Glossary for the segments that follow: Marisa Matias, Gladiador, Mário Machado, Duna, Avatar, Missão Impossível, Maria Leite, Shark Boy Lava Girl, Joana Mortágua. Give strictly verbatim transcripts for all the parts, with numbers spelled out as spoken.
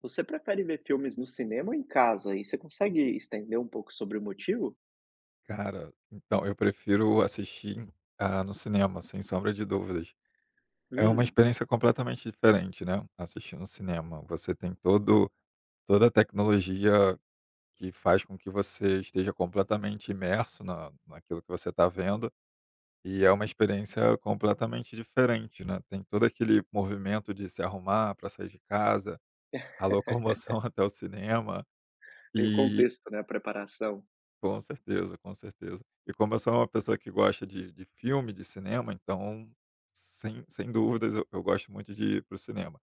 Você prefere ver filmes no cinema ou em casa? E você consegue estender um pouco sobre o motivo? Cara, então, eu prefiro assistir, ah, no cinema, sem sombra de dúvidas. É uma Hum. experiência completamente diferente, né, assistir no cinema. Você tem todo toda a tecnologia que faz com que você esteja completamente imerso na naquilo que você está vendo, e é uma experiência completamente diferente, né. Tem todo aquele movimento de se arrumar para sair de casa, a locomoção até o cinema, Tem o e contexto, né, a preparação. com certeza, com certeza. E como eu sou uma pessoa que gosta de de filme, de cinema, então, sem sem dúvidas, eu eu gosto muito de ir para cinema.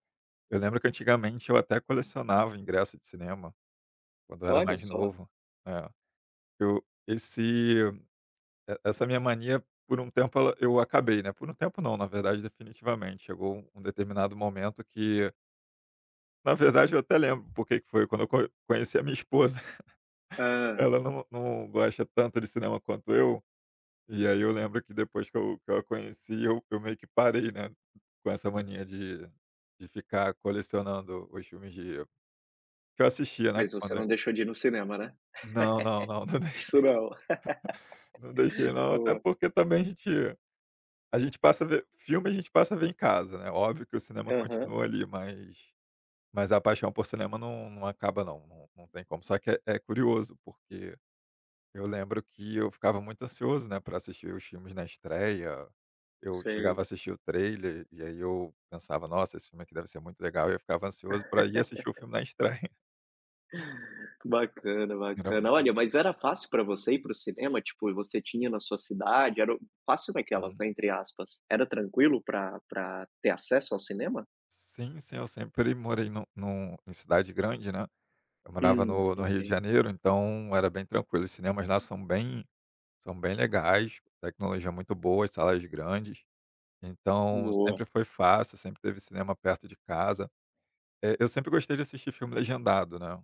Eu lembro que antigamente eu até colecionava ingresso de cinema, quando eu era Olha mais só. novo. É. Eu esse e essa minha mania, por um tempo ela eu acabei, né, por um tempo não, na verdade definitivamente, chegou um um determinado momento que na verdade eu até lembro por que que foi, quando eu co conheci a minha esposa, Ah, ela não não gosta tanto de cinema quanto eu. E aí eu lembro que depois que eu que eu a conheci, eu eu meio que parei, né, com essa mania de de ficar colecionando os filmes de que eu assistia, né, mas você quando é não deixou de ir no cinema, né? não, não, não, não dei Isso não. não deixei não, até Boa. porque também a gente a gente passa a ver filme a gente passa a ver em casa, né, óbvio que o cinema Aham, continua ali, mas mas a paixão por cinema não não acaba não, não, não tem como. Só que é é curioso, porque eu lembro que eu ficava muito ansioso, né, para assistir os filmes na estreia. Eu chegava a sei. assistir o trailer e aí eu pensava: "Nossa, esse filme aqui deve ser muito legal", e eu ficava ansioso para ir assistir o filme na estreia. Bacana, Era muito bacana. bom. Olha, mas era fácil pra você ir para o cinema? Tipo, você tinha na sua cidade, era fácil naquelas, Uhum. né, entre aspas. Era tranquilo pra pra ter acesso ao cinema? Sim, sim, eu sempre morei no num em cidade grande, né. Eu morava Hum, no no ok. Rio de Janeiro, então era bem tranquilo. Os cinemas lá são bem são bem legais, tecnologia muito boa, as salas grandes. Então Boa. sempre foi fácil, sempre teve cinema perto de casa. Eh, eu sempre gostei de assistir filme legendado, né.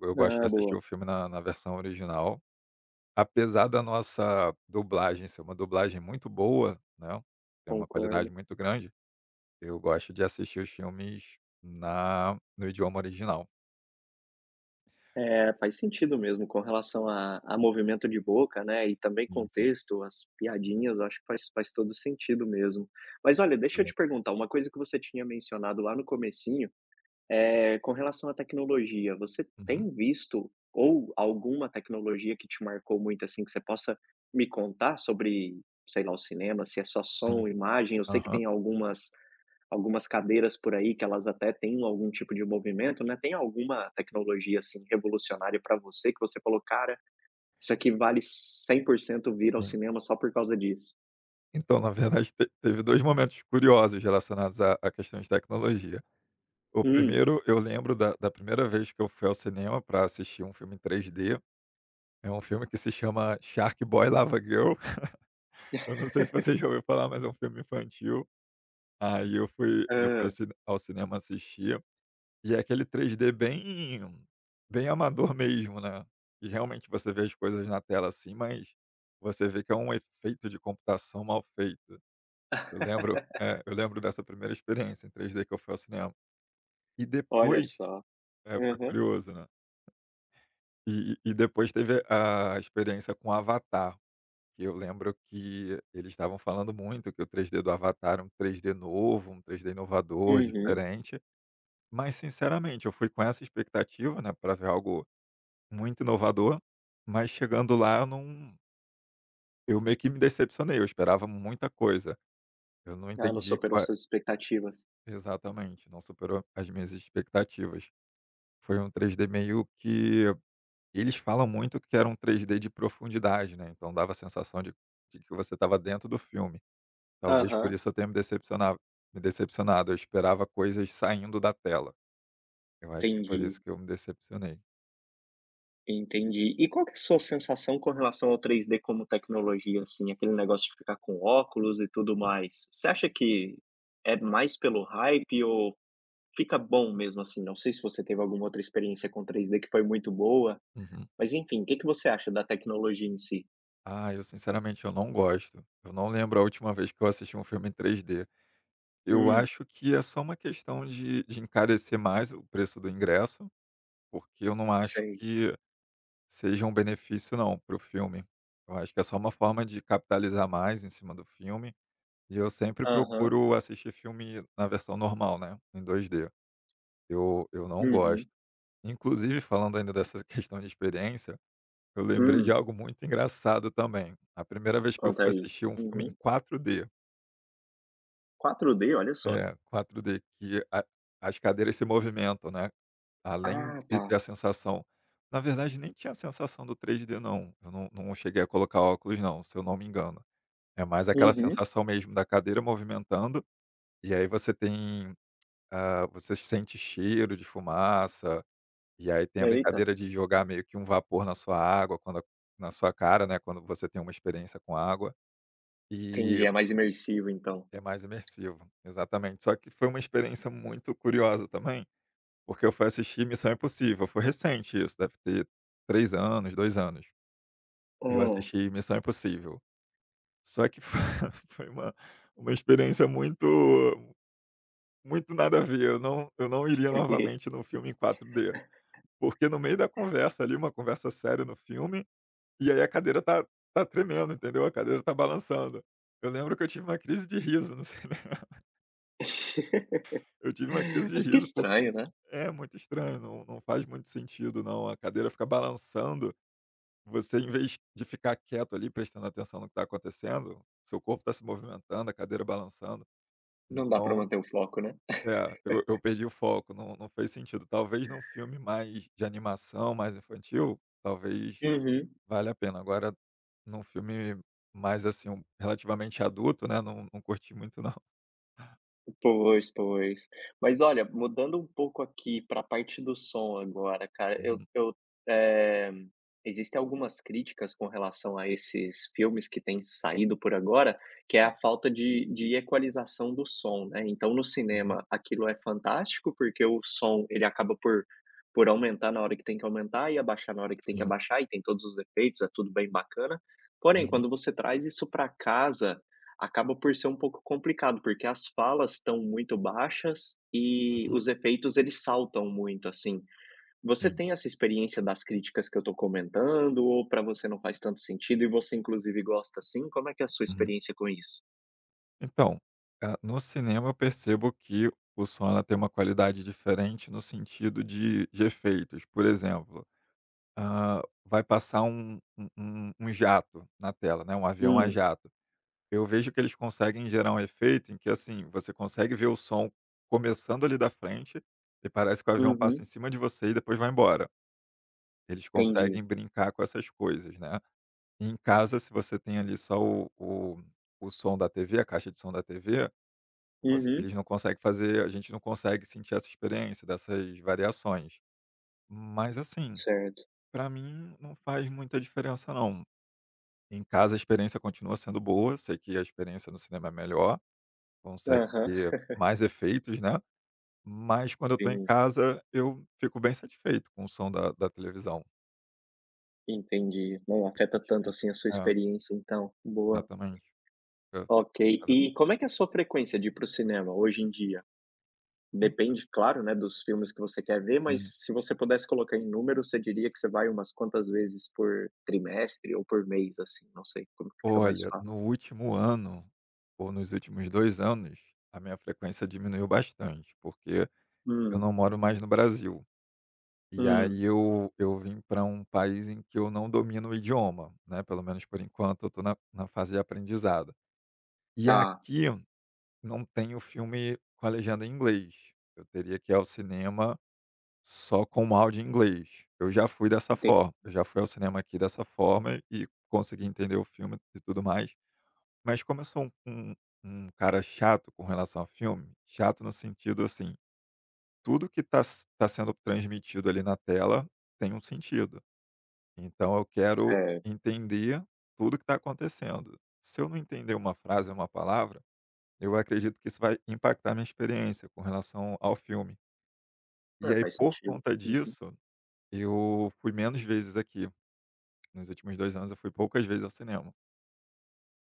Eu gosto de Ah, assistir boa. o filme na na versão original, apesar da nossa dublagem ser uma dublagem muito boa, né, tem uma qualidade Concordo. muito grande, eu gosto de assistir os filmes na no idioma original. É, faz sentido mesmo com relação a a movimento de boca, né, e também Sim, sim, contexto, as piadinhas, eu acho que faz faz todo sentido mesmo. Mas olha, deixa eu te exatamente. perguntar, uma coisa que você tinha mencionado lá no comecinho, eh, com relação à tecnologia, você Uhum. tem visto ou alguma tecnologia que te marcou muito, assim, que você possa me contar sobre, sei lá, o cinema, se é só Sim. som, imagem? Eu sei que Aham, tem algumas algumas cadeiras por aí que elas até têm algum tipo de movimento, né. Tem alguma tecnologia, assim, revolucionária para você que você falou: "Cara, isso aqui vale cem por cento vir ao sim. cinema só por causa disso"? Então, na verdade, te teve dois momentos curiosos relacionados à à questão de tecnologia. O Hum, primeiro, eu lembro da da primeira vez que eu fui ao cinema para assistir um filme em três D, é um filme que se chama Shark Boy Lava Girl. Eu não sei se você já ouviu falar, mas é um filme infantil. Aí eu fui eu hã. fui ao ao cinema assistir, e é aquele três D bem bem amador mesmo, né. E realmente você vê as coisas na tela assim, mas você vê que é um efeito de computação mal feito. Eu lembro é, eu lembro dessa primeira experiência em três D que eu fui ao cinema. E Olha depois só. é, foi Aham. curioso, né. E e depois teve a experiência com Avatar, que eu lembro que eles estavam falando muito que o três D do Avatar é um três D novo, um três D inovador, Uhum. diferente, mas sinceramente eu fui com essa expectativa, né, para ver algo muito inovador, mas chegando lá eu não eu meio que me decepcionei, eu esperava muita coisa. Eu não Ah, não entendi superou qua suas expectativas. exatamente, não superou as minhas expectativas. Foi um três D meio que eles falam muito que era um três D de profundidade, né, então dava a sensação de de que você estava dentro do filme. Talvez por Aham. isso eu tenha me decepcionado me decepcionado, eu esperava coisas saindo da tela. Eu acho que por Entendi, isso que eu me decepcionei. entendi. E qual que é a sua sensação com relação ao três D como tecnologia, assim, aquele negócio de ficar com óculos e tudo Hum, mais? Você acha que é mais pelo hype ou fica bom mesmo assim? Não sei se você teve alguma outra experiência com três D que foi muito boa, uhum. mas enfim, o que que você acha da tecnologia em si? Ah, eu sinceramente eu não gosto. Eu não lembro a última vez que eu assisti um filme em três D. Eu Hum, acho que é só uma questão de de encarecer mais o preço do ingresso, porque eu não acho sei. que seja um benefício não, para o filme. Eu acho que é só uma forma de capitalizar mais em cima do filme, e eu sempre Aham. procuro assistir filme na versão normal, né, em dois D. Eu eu não Uhum. gosto. Inclusive falando ainda dessa questão de experiência, eu lembrei de Hum, algo muito engraçado também. A primeira vez que eu conta fui aí. assistir um filme em Uhum. quatro D quatro D, olha só. é, quatro D que a as cadeiras se movimentam, né, além Ah, de tá. ter a sensação na verdade nem tinha a sensação do três D não, eu não não cheguei a colocar óculos não, se eu não me engano. É mais aquela Uhum. sensação mesmo da cadeira movimentando, e aí você tem, hã, você sente cheiro de fumaça, e aí tem a Eita, brincadeira de jogar meio que um vapor na sua água, quando a na sua cara, né, quando você tem uma experiência com água, e entendi, é mais imersivo então. é mais imersivo. Exatamente. Só que foi uma experiência muito curiosa também, porque eu fui assistir Missão Impossível, foi recente isso, deve ter três anos, dois anos. Eu Hã, assisti Missão Impossível. Só que foi foi uma uma experiência muito muito nada a ver, eu não eu não iria por quê? novamente no filme em quatro D, porque no meio da conversa ali, uma conversa séria no filme e aí a cadeira tá tá tremendo, entendeu? A cadeira tá balançando. Eu lembro que eu tive uma crise de riso no cinema. Eu tive uma crise de Mas que riso porque estranho, né? é muito estranho, não não faz muito sentido não, a cadeira fica balançando, você em vez de ficar quieto ali prestando atenção no que está acontecendo, seu corpo está se movimentando, a cadeira balançando, Não dá pra então, manter o foco, né? é, eu eu perdi o foco, não não fez sentido. Talvez num filme mais de animação, mais infantil, talvez Uhum. vale a pena. Agora, num filme mais, assim, um relativamente adulto, né, não não curti muito não. Pois, pois. Mas olha, mudando um pouco aqui para a parte do som agora, cara, eu Uhum, eu, eh, existem algumas críticas com relação a esses filmes que têm saído por agora, que é a falta de de equalização do som, né. Então no uhum. cinema aquilo é fantástico, porque o som ele acaba por por aumentar na hora que tem que aumentar e abaixar na hora que tem que Sim. abaixar, e tem todos os efeitos, é tudo bem bacana. Porém, Uhum, quando você traz isso para casa, acaba por ser um pouco complicado, porque as falas estão muito baixas e uhum. os efeitos eles saltam muito, assim. Você Sim. tem essa experiência das críticas que eu tô comentando ou para você não faz tanto sentido e você inclusive gosta assim? Como é que é a sua Uhum. experiência com isso? Então, ah, no cinema eu percebo que o som ela tem uma qualidade diferente no sentido de de efeitos. Por exemplo, hã, vai passar um um um um jato na tela, né, um avião a Hum, jato. Eu vejo que eles conseguem gerar um efeito em que, assim, você consegue ver o som começando ali da frente e parece que o avião passa em uhum, cima de você e depois vai embora. Eles entendi. conseguem brincar com essas coisas, né. E em casa, se você tem ali só o o o som da T V, a caixa de som da T V, você Uhum, eles não conseguem fazer a gente não consegue sentir essa experiência dessas variações. Mas, assim, certo. para mim não faz muita diferença não. Em casa a experiência continua sendo boa, sei que a experiência no cinema é melhor, consegue Aham, ter mais efeitos, né, mas quando eu tô em sim, casa eu fico bem satisfeito com o som da da televisão, entendi. Não fico afeta tanto satisfeito. assim a sua É, experiência, então. Boa. exatamente. É, Ok. casa E como é que é a sua frequência de ir pro cinema hoje em dia? então, Depende, claro, né, dos filmes que você quer ver, sim. mas se você pudesse colocar em número, você diria que você vai umas quantas vezes por trimestre ou por mês, assim? Não sei como que fica mais Olha, fácil. no último ano, ou nos últimos dois anos, a minha frequência diminuiu bastante, porque eu Hum, não moro mais no Brasil, e aí hum, eu eu vim para um país em que eu não domino o idioma, né, pelo menos por enquanto eu tô na na fase de aprendizado. E tá, aqui não tem o filme com a legenda em inglês. Eu teria que ir ao cinema só com o áudio em inglês. Eu já fui dessa entendi, forma. Eu já fui ao cinema aqui dessa forma e consegui entender o filme e tudo mais. Mas como eu sou um, um, um cara chato com relação ao filme, chato no sentido assim, tudo que está tá tá sendo transmitido ali na tela tem um sentido. Então eu quero certo. entender tudo que está acontecendo. Se eu não entender uma frase, uma palavra, eu acredito que isso vai impactar minha experiência com relação ao filme. E É, aí, faz por sentido. conta Uhum. disso, eu fui menos vezes aqui. Nos últimos dois anos eu fui poucas vezes ao cinema.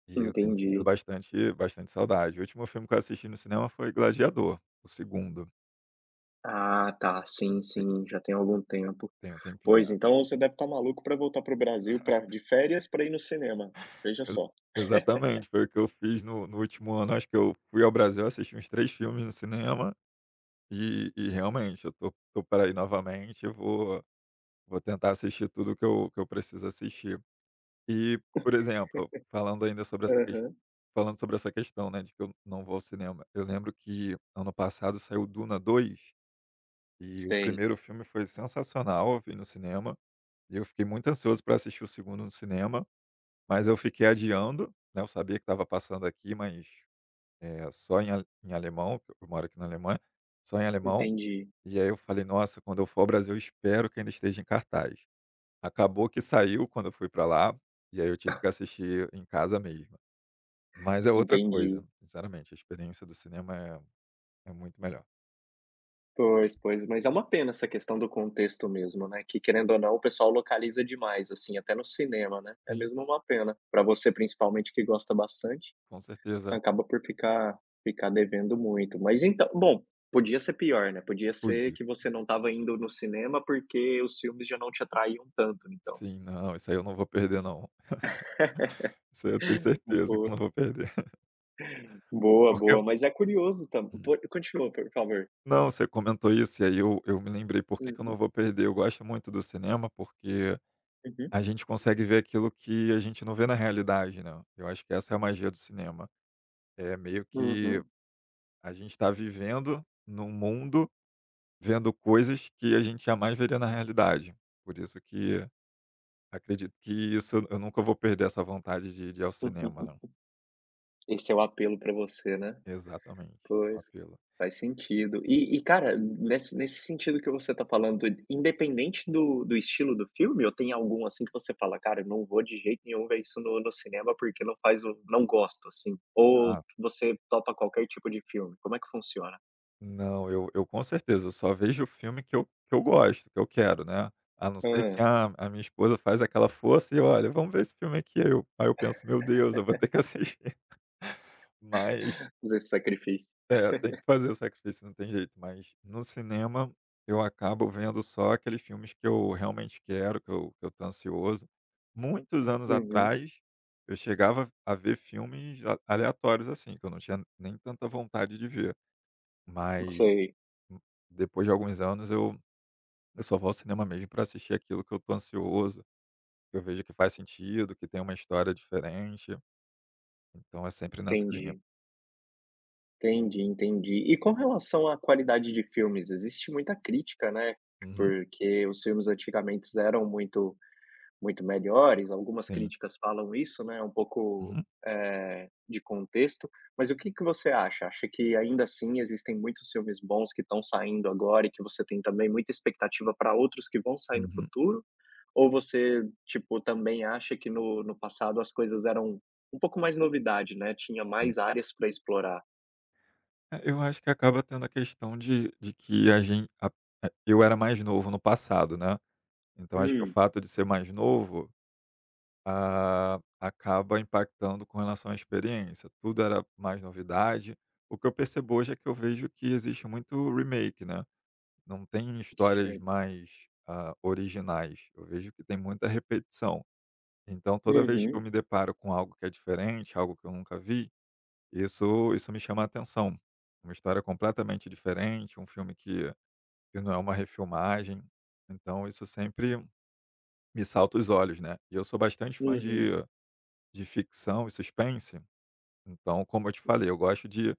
E eu tenho sentido Entendi. bastante bastante saudade. O último filme que eu assisti no cinema foi Gladiador, o segundo. Ah, tá, sim, º sim, já tem algum tempo. Tem um tempinho. Pois, então você deve estar maluco para voltar pro Brasil pra de férias para ir no cinema, veja Eu só. exatamente, foi o que eu fiz no no último ano. Acho que eu fui ao Brasil, assisti uns três filmes no cinema e e realmente eu tô tô pra ir novamente, eu vou vou tentar assistir tudo que eu que eu preciso assistir. E, por exemplo, falando ainda sobre essa questão Aham. falando sobre essa questão, né, de que eu não vou ao cinema, eu lembro que ano passado saiu Duna dois e o Sei, primeiro filme foi sensacional, eu vi no cinema, e eu fiquei muito ansioso para assistir o segundo no cinema, mas eu fiquei adiando, né, eu sabia que estava passando aqui, mas, eh, só em ale em alemão, porque eu moro aqui na Alemanha, só em alemão, entendi, e aí eu falei: "Nossa, quando eu for ao Brasil eu espero que ainda esteja em cartaz". Acabou que saiu quando eu fui para lá, e aí eu tive que assistir em casa mesmo. Mas é outra entendi, coisa, sinceramente, a experiência do cinema é é muito melhor. Pois, pois. Mas é uma pena essa questão do contexto mesmo, né, que querendo ou não o pessoal localiza demais, assim, até no cinema, né, é Sim, mesmo uma pena. Pra você principalmente que gosta bastante, com certeza acaba por ficar ficar devendo muito. Mas então bom, podia ser pior, né, podia ser podia. que você não estava indo no cinema, porque os filmes já não te atraíam tanto então. Sim, não, isso aí eu não vou perder não. Isso aí eu tenho certeza que eu Boa, não vou perder. boa, Porque boa. Mas é curioso também. hum. Continua, por favor. Não, você comentou isso e aí eu eu me lembrei por que que eu não Uhum, vou perder. Eu gosto muito do cinema, porque a gente consegue ver aquilo que a gente não vê na realidade, né. Eu acho que essa é a magia do cinema. É meio uhum, que uhum. a gente está vivendo num mundo, vendo coisas que a gente jamais veria na realidade. Por isso que acredito que isso eu nunca vou perder essa vontade de de ir ao cinema, não. Esse é o apelo pra você, né? Exatamente, um Pois, apelo. faz sentido. E e cara, nesse nesse sentido que você tá falando, independente do do estilo do filme ou tem algum, assim, que você fala: "Cara, eu não vou de jeito nenhum ver isso no no cinema, porque não faz o não gosto", assim? Ou Ah, você topa qualquer tipo de filme? Como é que funciona? não, eu eu com certeza, eu só vejo o filme que eu que eu gosto, que eu quero, né. A não ser que Hã, a a minha esposa faz aquela força e: "Olha, vamos ver esse filme aqui", aí eu aí eu penso: "Meu Deus, eu vou ter que assistir". Mas fazer esse sacrifício. é, tem que fazer o sacrifício, não tem jeito, mas no cinema eu acabo vendo só aqueles filmes que eu realmente quero, que eu que eu tô ansioso. Muitos anos Uhum, atrás, eu chegava a ver filmes a aleatórios, assim, que eu não tinha nem tanta vontade de ver, mas sei, hum, depois de alguns anos eu eu só vou ao cinema mesmo para assistir aquilo que eu tô ansioso, que eu vejo que faz sentido, que tem uma história diferente, então é sempre nessa linha. entendi, entendi, entendi. E com relação à qualidade de filmes, existe muita crítica, né, Uhum, porque os filmes antigamente eram muito muito melhores, algumas sim. críticas falam isso, né, um pouco, Uhum, eh, de contexto, mas o que que você acha? Acha que ainda assim existem muitos filmes bons que estão saindo agora e que você tem também muita expectativa para outros que vão sair no uhum, futuro? Ou você, tipo, também acha que no no passado as coisas eram um pouco mais novidade, né, tinha sim. mais áreas para explorar? É, eu acho que acaba tendo a questão de de que a gente, a eh, eu era mais novo no passado, né, então acho que o Hum, fato de ser mais novo, ah, acaba impactando com relação à experiência, tudo era mais novidade. O que eu percebo hoje é que eu vejo que existe muito remake, né, não tem histórias certo. mais, ah, originais, eu vejo que tem muita repetição. Então toda vez que eu Uhum, me deparo com algo que é diferente, algo que eu nunca vi isso isso me chama a atenção. Uma história completamente diferente, um filme que que não é uma refilmagem, então isso sempre me salta os olhos, né. E eu sou bastante fã de uhum, de ficção e suspense, então, como eu te falei, eu gosto de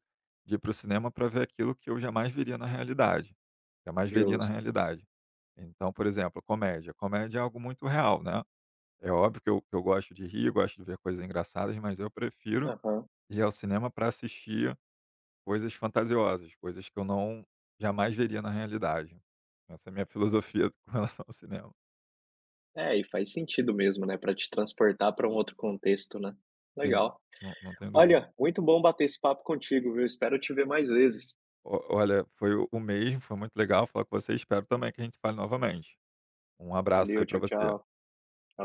de ir para o cinema para ver aquilo que eu jamais veria na realidade, jamais veria na justo. realidade. Então, por exemplo, comédia, comédia é algo muito real, né. É óbvio que eu que eu gosto de rir, gosto de ver coisas engraçadas, mas eu prefiro Aham. ir ao cinema para assistir coisas fantasiosas, coisas que eu não jamais veria na realidade. Essa é a minha filosofia com relação ao cinema. É, e faz sentido mesmo, né, para te transportar para um outro contexto, né. Sim, Legal. não não tenho dúvida. Olha, muito bom bater esse papo contigo, viu. Espero te ver mais vezes. O olha, foi o o mesmo, foi muito legal falar com você, espero também que a gente se fale novamente. Um abraço Valeu, aí para tchau, você. tchau. Abraço.